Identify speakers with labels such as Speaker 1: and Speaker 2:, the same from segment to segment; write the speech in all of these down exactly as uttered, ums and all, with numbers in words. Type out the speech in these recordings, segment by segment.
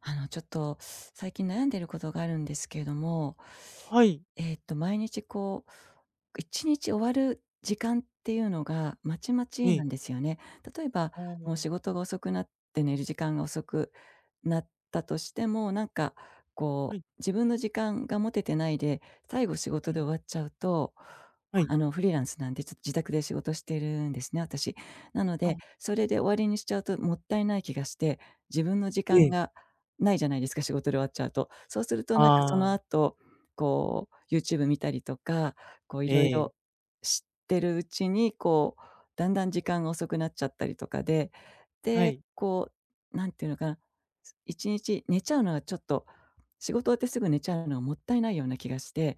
Speaker 1: あの、ちょっと最近悩んでることがあるんですけれども、
Speaker 2: はい。
Speaker 1: えっと、毎日こう、いちにち終わる時間っていうのがまちま
Speaker 2: え
Speaker 1: ちな
Speaker 2: え。
Speaker 1: んですよね。例えば、
Speaker 2: あ
Speaker 1: もう仕
Speaker 2: あ。
Speaker 1: 事が遅くなって寝る時間が遅くなったとしても、なんか
Speaker 2: は
Speaker 1: こ
Speaker 2: い。
Speaker 1: う、自分の時間が持ててないで、最後仕事
Speaker 2: うん。
Speaker 1: で終わっちゃうと、
Speaker 2: はい。
Speaker 1: あの、フリーランスなんで、ちょっと自宅で仕事してるんですね、私。なので、
Speaker 2: あ、
Speaker 1: それで終わりにしちゃうともったいない気がして、自分の時
Speaker 2: え
Speaker 1: 間
Speaker 2: え。
Speaker 1: がないじゃないですか、仕事で終わっちゃうと。そうすると
Speaker 2: あ
Speaker 1: なんかその
Speaker 2: あ。
Speaker 1: 後、こう YouTube 見たりとか、こうい
Speaker 2: え
Speaker 1: ろい
Speaker 2: え。
Speaker 1: ろ知ってるうちに、こう、だんだん時間が遅くなっちゃったりとかで、
Speaker 2: は
Speaker 1: で、
Speaker 2: い。
Speaker 1: こう、なんていうのかな、すいちにち寝ちゃうのはちょっと、仕事終わってすぐ寝ちゃうのはもったいないような気がして、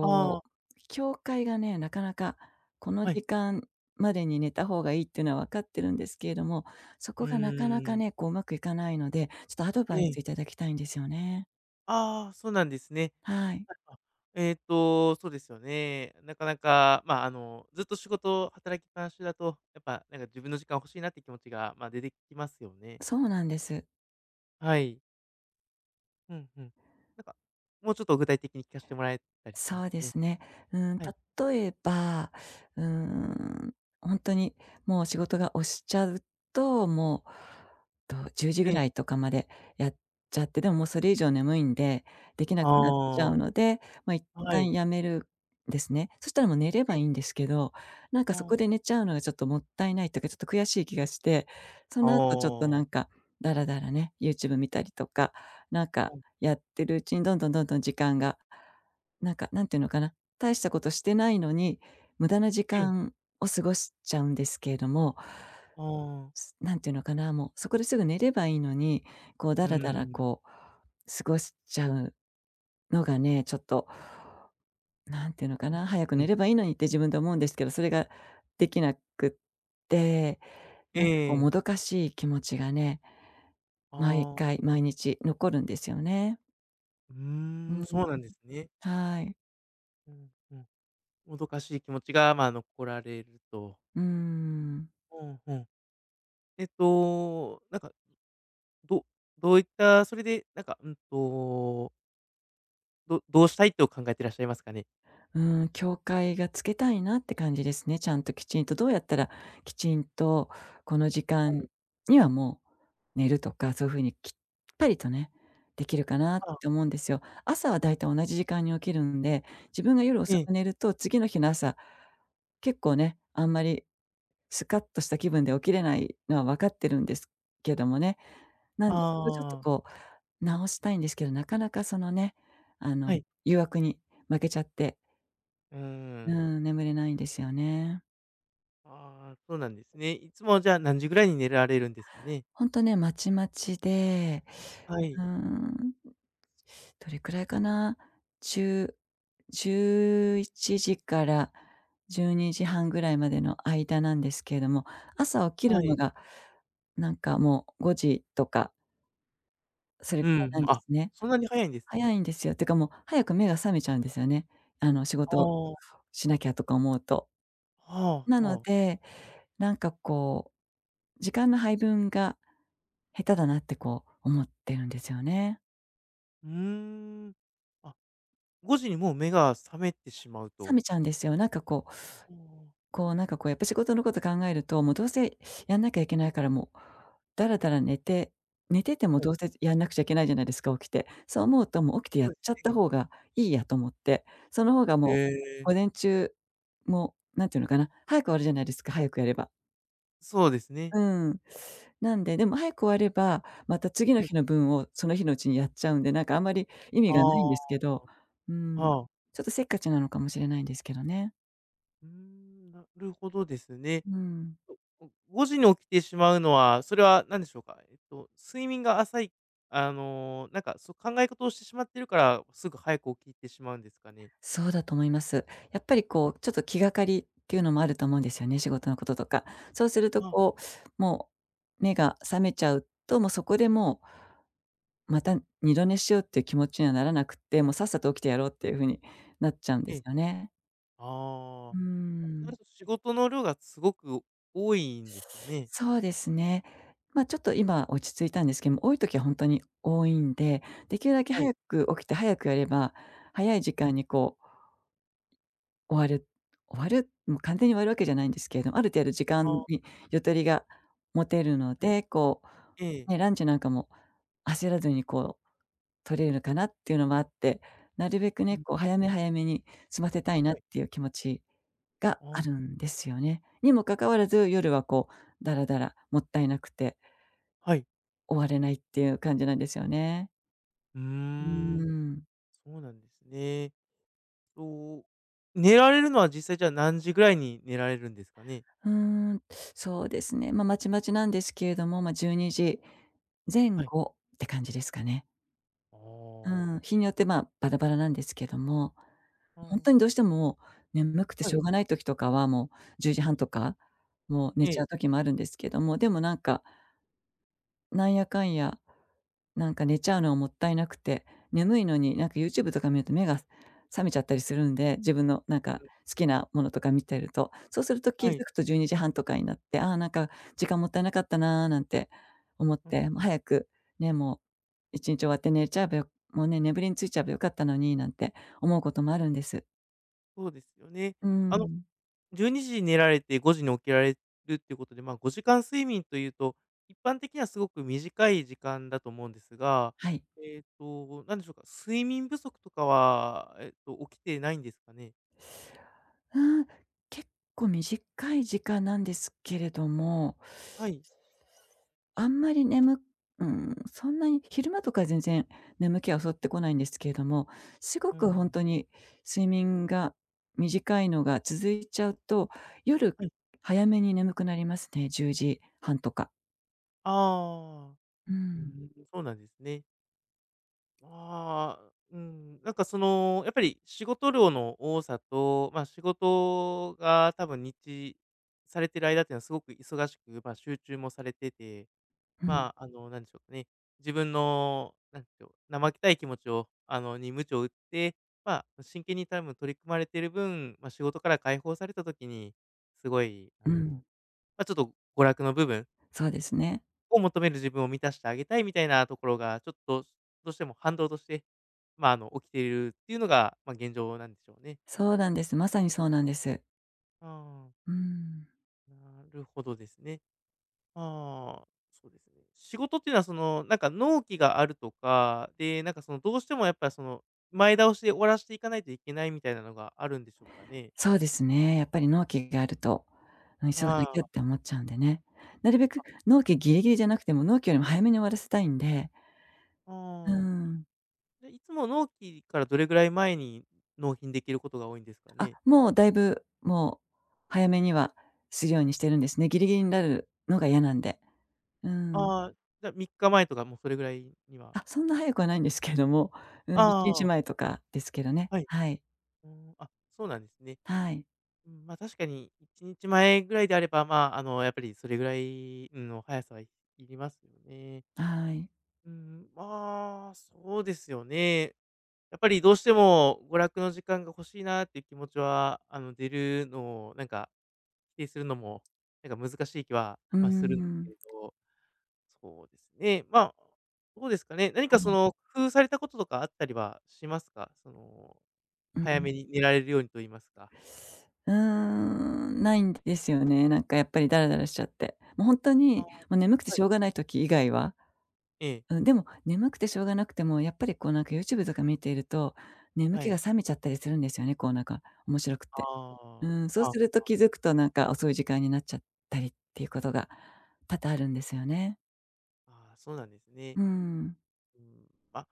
Speaker 2: ああ。
Speaker 1: う、境界がね、なかなかこの
Speaker 2: はい。
Speaker 1: 時間までに寝た方がいいっていうのは分かってるんですけれども、そ
Speaker 2: う
Speaker 1: こがなかな
Speaker 2: ー
Speaker 1: か
Speaker 2: ん。
Speaker 1: ね、こう、うまくいかないので、ちょっとアド
Speaker 2: え
Speaker 1: バイ
Speaker 2: え。
Speaker 1: スいただきたいんですよね。
Speaker 2: ああ、そうなんですね。
Speaker 1: はい。
Speaker 2: はいあえっと、そうですよね。なかなか、まあ、あの、ずっと仕事、働きっぱなしだと、やっぱ、なんか自分の時間欲しいなって気持ちが、まあ、出てきますよね。
Speaker 1: そうなんです。
Speaker 2: はい。うんうん。なんか、もうちょっと具体的に聞かしてもらえたりしま
Speaker 1: そ
Speaker 2: す
Speaker 1: う
Speaker 2: か
Speaker 1: で
Speaker 2: ね？
Speaker 1: すね。うん、
Speaker 2: はい。
Speaker 1: 例えば、うん、本当にもう仕事が押しちゃうと、もう、と、じゅうじ
Speaker 2: え
Speaker 1: ぐら
Speaker 2: え。
Speaker 1: いとかまでやっちゃって、でももうそれ以上眠いんで、できな
Speaker 2: あ
Speaker 1: くなっちゃうので、まあ、一
Speaker 2: あ。は
Speaker 1: 旦
Speaker 2: い。
Speaker 1: やめるですね。そしたらもう寝れ
Speaker 2: え
Speaker 1: ば
Speaker 2: え。
Speaker 1: いいんですけど、なんか
Speaker 2: あ
Speaker 1: そこ
Speaker 2: あ。
Speaker 1: で寝ちゃうのがちょっともったいないというか、ちょっと悔しい気がして、そ
Speaker 2: あ
Speaker 1: の後ちょっと
Speaker 2: あ。
Speaker 1: なんか、だらだらね、YouTube 見たりとか、なん
Speaker 2: ほ
Speaker 1: か
Speaker 2: う、
Speaker 1: や
Speaker 2: う
Speaker 1: ってるうちにどんどんどんどん時間がなんか、なんていうのかな、大したことしてないのに、無駄な時
Speaker 2: ええ、
Speaker 1: 間を過ごしちゃうんですけれども、
Speaker 2: ああ。
Speaker 1: すなんていうのかな、もうそこですぐ寝ればいいのに、こう
Speaker 2: う
Speaker 1: だ
Speaker 2: ー
Speaker 1: らだら
Speaker 2: ん。
Speaker 1: こう、過ごしちゃうのがね、ちょっと、なんていうのか
Speaker 2: うん。
Speaker 1: な、早く
Speaker 2: うん。
Speaker 1: 寝ればいいのにって自分で思うんですけど、それができなくって、
Speaker 2: え
Speaker 1: なんかこう
Speaker 2: え。
Speaker 1: もどかしい気持ちがね、毎
Speaker 2: あ
Speaker 1: 回
Speaker 2: あ。
Speaker 1: 毎日残るんですよね。
Speaker 2: う
Speaker 1: う
Speaker 2: ーん、
Speaker 1: ん、
Speaker 2: そうなんですね。
Speaker 1: はい。
Speaker 2: うん、うん。もどかしい気持ちが、まあ、残られると。
Speaker 1: うーん。
Speaker 2: うん、うん。えっと、なんか、どどういったそれで、なんか、うんと、どどうしたいと考えてらっしゃいますかね？
Speaker 1: うーん、境界がつけたいなって感じですね。ちゃんときちんと、どうやったらきちんとこの時
Speaker 2: は
Speaker 1: 間
Speaker 2: い。
Speaker 1: にはもう寝るとか、そういう風にきっぱりとね、できるかなって
Speaker 2: あ。
Speaker 1: 思うんですよ。朝はだいたい同じ時間に起きるんで、自分が夜
Speaker 2: え
Speaker 1: 遅
Speaker 2: え。
Speaker 1: く寝ると、次の日の朝、結構ね、あんまりスカッとした気分で起きれないのは分かってるんですけどもね。なんで、そこちょっと
Speaker 2: ああ。
Speaker 1: こう直したいんですけど、なかなかそのね、あの、
Speaker 2: はい。
Speaker 1: 誘惑に負けちゃって、
Speaker 2: うー
Speaker 1: う
Speaker 2: ん。
Speaker 1: ん、眠れないんですよね。
Speaker 2: ああ、そうなんですね。いつもじゃあ、何時ぐらいに寝られるんですかね？
Speaker 1: ほんとね、まちまちで、
Speaker 2: は
Speaker 1: う
Speaker 2: い。
Speaker 1: ーん、どれくらいかな、じゅう、いちじからじゅうにじはんぐらいまでの間なんですけれども、朝起き
Speaker 2: は
Speaker 1: るの
Speaker 2: い。
Speaker 1: が、なんかもうごじとか、それ
Speaker 2: う
Speaker 1: くらい
Speaker 2: ん、
Speaker 1: なんで
Speaker 2: あ、
Speaker 1: すね。
Speaker 2: そんなに早いんですね。
Speaker 1: 早いんですよ。てかもう早く目が覚めちゃうんですよね。あの、仕
Speaker 2: あ
Speaker 1: 事
Speaker 2: あ。は
Speaker 1: しなきゃとか思うと。
Speaker 2: あ
Speaker 1: な
Speaker 2: は
Speaker 1: の
Speaker 2: あ。
Speaker 1: で、なんかこう、時間の配分が下手だなってこう思ってるんですよね。
Speaker 2: うーん。あ、ごじにもう目が覚めてしまう
Speaker 1: 冷
Speaker 2: と。
Speaker 1: めちゃうんですよ。なんかこう
Speaker 2: ああ。
Speaker 1: こうなんかこうやっぱ仕事のこと考えると、もうどうせやんなきゃいけないからもう、だらだら寝て寝てても
Speaker 2: はい、
Speaker 1: どうせやんなくちゃいけないじゃないですか、起きて。そう思うともう起きてや
Speaker 2: そ
Speaker 1: っ
Speaker 2: うで
Speaker 1: ちゃっ
Speaker 2: す
Speaker 1: た
Speaker 2: ね。
Speaker 1: 方がいいやと思って、その方が
Speaker 2: え
Speaker 1: も
Speaker 2: え、
Speaker 1: う午前中もうなんていうのかな、早く終わるじゃないですか、早くやれば。
Speaker 2: そうですね。
Speaker 1: うん。なんで、でも早く終われば、また次の
Speaker 2: はい。
Speaker 1: 日の分をその日のうちにやっちゃうんで、なんかあんまり意味
Speaker 2: あ
Speaker 1: がな
Speaker 2: あ。
Speaker 1: いんですけど、うん。
Speaker 2: はあ。
Speaker 1: ちょっとせっかちなのかもしれないんですけどね。
Speaker 2: うーん、なるほどですね。
Speaker 1: うん。
Speaker 2: おごじに起きてしまうのは、それは何でしょうか？えっと、睡眠が浅い、あの、なんか、そう、考え事をしてしまってるから、すぐ早く起きてしまうんですかね？
Speaker 1: そうだと思います。やっぱりこう、ちょっと気がかりっていうのもあると思うんですよね、仕事のこととか。そうすると
Speaker 2: あ。
Speaker 1: こう、もう目が覚めちゃうと、もうそこでもう、また二度寝しようっていう気持ちにはならなくって、もうさっさと起きてやろうっていう風になっちゃうんで
Speaker 2: え
Speaker 1: す
Speaker 2: え。
Speaker 1: よね。
Speaker 2: あ
Speaker 1: う
Speaker 2: あ。
Speaker 1: ー
Speaker 2: あ、な
Speaker 1: ん。
Speaker 2: ると仕事の量がすごく多いんですかね？
Speaker 1: そうですね。まあ、ちょっと今落ち着いたんですけども、多い時は本当に多いんで、できるだけ
Speaker 2: はい。
Speaker 1: 早く起きて早くやれば、早い時間にこう終わる終わる、もう完全に終わるわけじゃないんですけれども、ある程度時間
Speaker 2: ああ。は
Speaker 1: にゆとりが持てるので、こ
Speaker 2: い。え
Speaker 1: う、
Speaker 2: え。
Speaker 1: ね、ランチなんかも焦らずにこう取れるかなっていうのもあって、なるべく
Speaker 2: うん
Speaker 1: ね、
Speaker 2: う
Speaker 1: こう
Speaker 2: ん
Speaker 1: 早
Speaker 2: う
Speaker 1: め
Speaker 2: ん。
Speaker 1: 早めに済ませたいな
Speaker 2: は
Speaker 1: っ
Speaker 2: い。
Speaker 1: ていう気持ちが
Speaker 2: ああ。
Speaker 1: あるんですよね。にもかかわらず、夜はこう、だらだら、もったいなくて
Speaker 2: はい。
Speaker 1: 終われないっていう感じなんですよね。
Speaker 2: うー
Speaker 1: うー
Speaker 2: ん、
Speaker 1: ん。
Speaker 2: そうなんですね。と、寝られるのは実際じゃあ何時ぐらいに寝られるんですかね？
Speaker 1: うーん、そうですね。まあ、まちまちなんですけれども、まあ、じゅうにじぜん
Speaker 2: はい。
Speaker 1: 後って感じですかね。
Speaker 2: あ
Speaker 1: うん、
Speaker 2: あ。
Speaker 1: 日によって、まあ、バラバラなんですけども、
Speaker 2: あ
Speaker 1: ほん
Speaker 2: あ。
Speaker 1: とにどうしても眠くて
Speaker 2: は
Speaker 1: し
Speaker 2: い。
Speaker 1: ょうがない時とかは、もうじゅうじはんとか、もう寝
Speaker 2: え
Speaker 1: ちゃ
Speaker 2: え。
Speaker 1: う時もあるんですけども、でもなんか、なんやかんやなんか寝ちゃうのはもったいなくて、眠いのになんか YouTube とか見ると目が覚めちゃったりするんで、自分のなんか
Speaker 2: うん。
Speaker 1: 好きなものとか見てると、そうすると気
Speaker 2: は
Speaker 1: づ
Speaker 2: い。
Speaker 1: くとじゅうにじはんとかになって、ああ、なんか時間もったいなかったなーなんて思っ
Speaker 2: うん
Speaker 1: て、もう
Speaker 2: うん。
Speaker 1: 早くね、もういちにち終わって寝ちゃえばよもうね、眠りについちゃえばよかったのになんて思うこともあるんです。
Speaker 2: そうですよね。
Speaker 1: う
Speaker 2: あの、
Speaker 1: ん、
Speaker 2: 12時にじに寝られてごじに起きられるっていうことで、まあ、ごじかん睡眠というと、一般的にはすごく短い時間だと思うんですが、
Speaker 1: はい。
Speaker 2: えっと、なんでしょうか、睡眠不足とかは、えっと、起きてないんですかね？
Speaker 1: うん、結構短い時間なんですけれども
Speaker 2: はい。
Speaker 1: あんまり眠、うん、そんなに昼間とか全然眠気は襲ってこないんですけれども、すご
Speaker 2: う
Speaker 1: くほん
Speaker 2: ん。
Speaker 1: とに睡眠が短いのが続いちゃうと、夜
Speaker 2: はい。
Speaker 1: 早めに眠くなりますね、じゅうじはんとか。
Speaker 2: ああ。
Speaker 1: う
Speaker 2: うー
Speaker 1: ん、
Speaker 2: ん、そうなんですね。ああ、うん、なんかその、やっぱり仕事量の多さと、ま、仕事が多分日されてる間っていうのはすごく忙しく、ま、集中もされてて、
Speaker 1: うん、
Speaker 2: まあ、あの、なんでしょうかね、自分の、なんでしょう、怠けたい気持ちを、あの、に鞭を打って、まあ、真剣に多分取り組まれてる分、ま、仕事から解放された時に、すごい、あ
Speaker 1: う
Speaker 2: の、
Speaker 1: ん、
Speaker 2: ま、ちょっと娯楽の部分
Speaker 1: そうですね。
Speaker 2: を求める自分を満たしてあげたいみたいなところが、ちょっとどうしても反動として、まあ、あの、起きているっていうのが、まあ、現状なんでしょうね。
Speaker 1: そうなんです。まさにそうなんです。
Speaker 2: ああ、
Speaker 1: うーん。
Speaker 2: なるほどですね。ああ、そうですね。仕事っていうのはその、なんか納期があるとか、で、なんかその、どうしてもやっぱりその、前倒しで終わらしていかないといけないみたいなのがあるんでしょうかね？
Speaker 1: そうですね、やっぱり納期があると、うん、急がな
Speaker 2: は
Speaker 1: きゃっ
Speaker 2: い。
Speaker 1: て思っちゃうんでね。なるべく納期ギリギリじゃなくても、納期よりも早めに終わらせたいんで、うー
Speaker 2: ああ。
Speaker 1: ん。
Speaker 2: で、いつも納期からどれぐらい前に納品できることが多いんですか
Speaker 1: あ、
Speaker 2: ね？
Speaker 1: もうだいぶ、もう早めにはするようにしてるんですね。ギリギリになるのが嫌なんで。うん。
Speaker 2: ああ、じゃみっかまえとかもうそれぐらいには。
Speaker 1: あ、そんな早くはないんですけれども、うん、1日
Speaker 2: ああ、
Speaker 1: 前とかですけどね。
Speaker 2: はい。
Speaker 1: はい。
Speaker 2: うーん、あ、そうなんですね。
Speaker 1: はい。
Speaker 2: うん、ま、確かにいちにちまえぐらいであれば、まあ、あの、やっぱりそれぐらいの速さはいいりますよね。
Speaker 1: はい。
Speaker 2: うん、まあ、そうですよね。やっぱりどうしても娯楽の時間が欲しいなっていう気持ちは、あの、出るのをなんか、否定するのも、なんか難しい気は、
Speaker 1: うー
Speaker 2: まあ、するんですけ
Speaker 1: ん。
Speaker 2: れど。そうですね。まあ、どうですかね。何
Speaker 1: は
Speaker 2: かそ
Speaker 1: い。
Speaker 2: の、工夫されたこととかあったりはしますか？その、
Speaker 1: う
Speaker 2: 早
Speaker 1: ん。
Speaker 2: めに寝られるようにと言いますか。
Speaker 1: うーん、ないんですよね。なんかやっぱりダラダラしちゃって。もうほんと
Speaker 2: ああ。
Speaker 1: に、もう眠くて
Speaker 2: は
Speaker 1: し
Speaker 2: い。
Speaker 1: ょうがない時以外は、
Speaker 2: ええ。
Speaker 1: うん、でも眠くてしょうがなくても、やっぱりこうなんか YouTube とか見ていると、眠
Speaker 2: は
Speaker 1: 気が
Speaker 2: い。
Speaker 1: 覚めちゃったりするんですよね、こうなんか面白くて。
Speaker 2: あ
Speaker 1: うん、そう
Speaker 2: あ。あ。
Speaker 1: すると気づくとなんか遅い時間になっちゃったりっていうことが多々あるんですよね。
Speaker 2: ああそうなんですね。
Speaker 1: うん。
Speaker 2: うん、ま、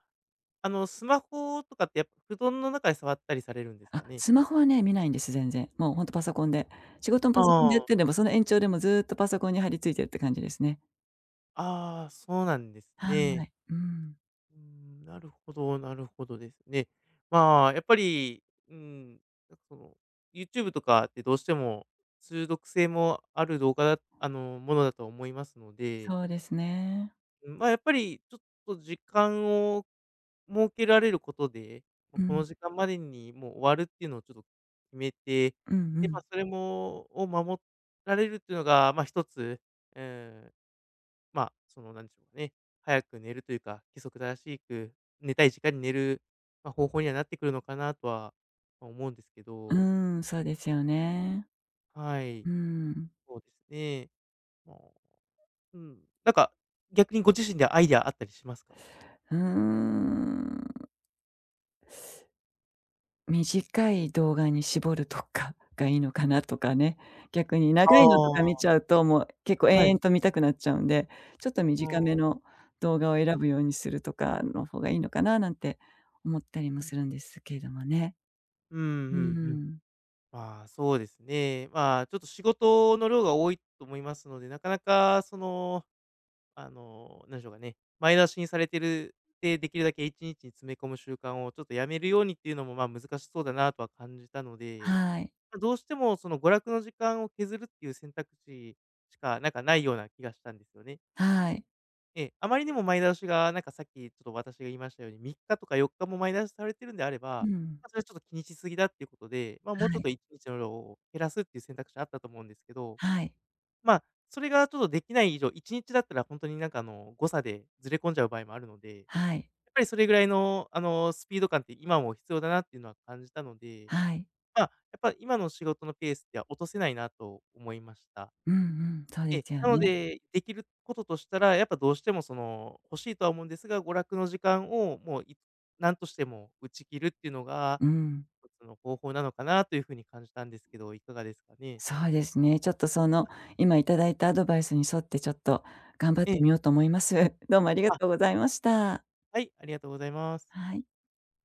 Speaker 2: あの、スマホとかってやっぱ布団の中で触ったりされるんですか
Speaker 1: あ、
Speaker 2: ね？
Speaker 1: スマホはね、見ないんです、全然。もうほんとパソコンで。仕事も
Speaker 2: あ
Speaker 1: パソコンでやっ
Speaker 2: あ。
Speaker 1: てれば、その延長でもずっとパソコンに張り付いてるって感じですね。
Speaker 2: ああ、そうなんですね。
Speaker 1: はい。うん。
Speaker 2: うーん、なるほど、なるほどですね。まあ、やっぱり、うん、なんかその、YouTube とかってどうしても中毒性もある動画だあの、ものだと思いますので、
Speaker 1: そうですね。
Speaker 2: うん、まあ、やっぱりちょっと時間を設けられることで、ま、
Speaker 1: う
Speaker 2: この
Speaker 1: ん。
Speaker 2: 時間までにもう終わるっていうのをちょっと決めて、
Speaker 1: うんう
Speaker 2: で、ま
Speaker 1: ん。
Speaker 2: あ、それもを守られるっていうのが、まあ、一つ、うん、まあ、その、なんでしょうかね、早く寝るというか、規則正しく寝たい時間に寝る、まあ、方法にはなってくるのかなとは、ま、思うんですけ
Speaker 1: う
Speaker 2: ど。
Speaker 1: ーん、そうですよね。
Speaker 2: はい、
Speaker 1: うん。
Speaker 2: そうですね。まあ、うん、なんか、逆にご自身でアイデアあったりしますか？
Speaker 1: うーん。短い動画に絞るとかがいいのかなとかね。逆に
Speaker 2: あ
Speaker 1: 長いのとか見
Speaker 2: あ。
Speaker 1: ちゃうと、もう結構
Speaker 2: は
Speaker 1: 延
Speaker 2: い。
Speaker 1: 々と見たくなっちゃうんで、ちょっと
Speaker 2: あ
Speaker 1: 短め
Speaker 2: ー。
Speaker 1: の動画を
Speaker 2: は
Speaker 1: 選
Speaker 2: い。
Speaker 1: ぶようにするとかの方がいいのかななんて思ったりも
Speaker 2: うん。
Speaker 1: するんですけれどもね。
Speaker 2: うん
Speaker 1: う
Speaker 2: うんうん。
Speaker 1: ーん。
Speaker 2: まあ、そうですね。まあ、ちょっと仕事の量が多いと思いますので、なかなかその、あの、なんでしょうかね、前倒しにされてるて、できるだけいちにちに詰め込む習慣をちょっとやめるようにっていうのも、ま、難しそうだなとは感じたので、
Speaker 1: はい。
Speaker 2: ま、どうしてもその娯楽の時間を削るっていう選択肢しか、なんかないような気がしたんですよね。
Speaker 1: はい。
Speaker 2: ええ、あまりにも前倒しが、なんかさっきちょっと私が言いましたように、みっかとかよっかも前倒しされてるんであれ
Speaker 1: う
Speaker 2: ば、
Speaker 1: ん。
Speaker 2: ま、それはちょっと気にしすぎだっていうことで、ま、も
Speaker 1: は
Speaker 2: うちょっ
Speaker 1: い。
Speaker 2: といちにちの量を減らすっていう選択肢あったと思うんですけど、
Speaker 1: はい。
Speaker 2: まあ、それがちょっとできない以上、いちにちだったら本当になんかあの、誤差でずれ込んじゃう場合もあるので、やっ
Speaker 1: はい。
Speaker 2: ぱりそれぐらいのあの、スピード感って今も必要だなっていうのは感じたので、
Speaker 1: はい。
Speaker 2: まあ、やっぱ今の仕事のペースでは落とせないなと思いました。
Speaker 1: うんうん。そうで
Speaker 2: え
Speaker 1: すよ
Speaker 2: なの
Speaker 1: ね。
Speaker 2: で、できることとしたら、やっぱどうしてもその、欲しいとは思うんですが、娯楽の時間をもうい何としても打ち切るっていうのが、
Speaker 1: うん。
Speaker 2: その方法なのかなというふうに感じたんですけど、いかがですかね？
Speaker 1: そうですね。ちょっとその、今いただいたアドバイスに沿ってちょっと頑張っ
Speaker 2: え
Speaker 1: て
Speaker 2: え。
Speaker 1: みようと思います。どうもありが
Speaker 2: あ、
Speaker 1: とうございました。
Speaker 2: はい、ありがとうございます。
Speaker 1: はい。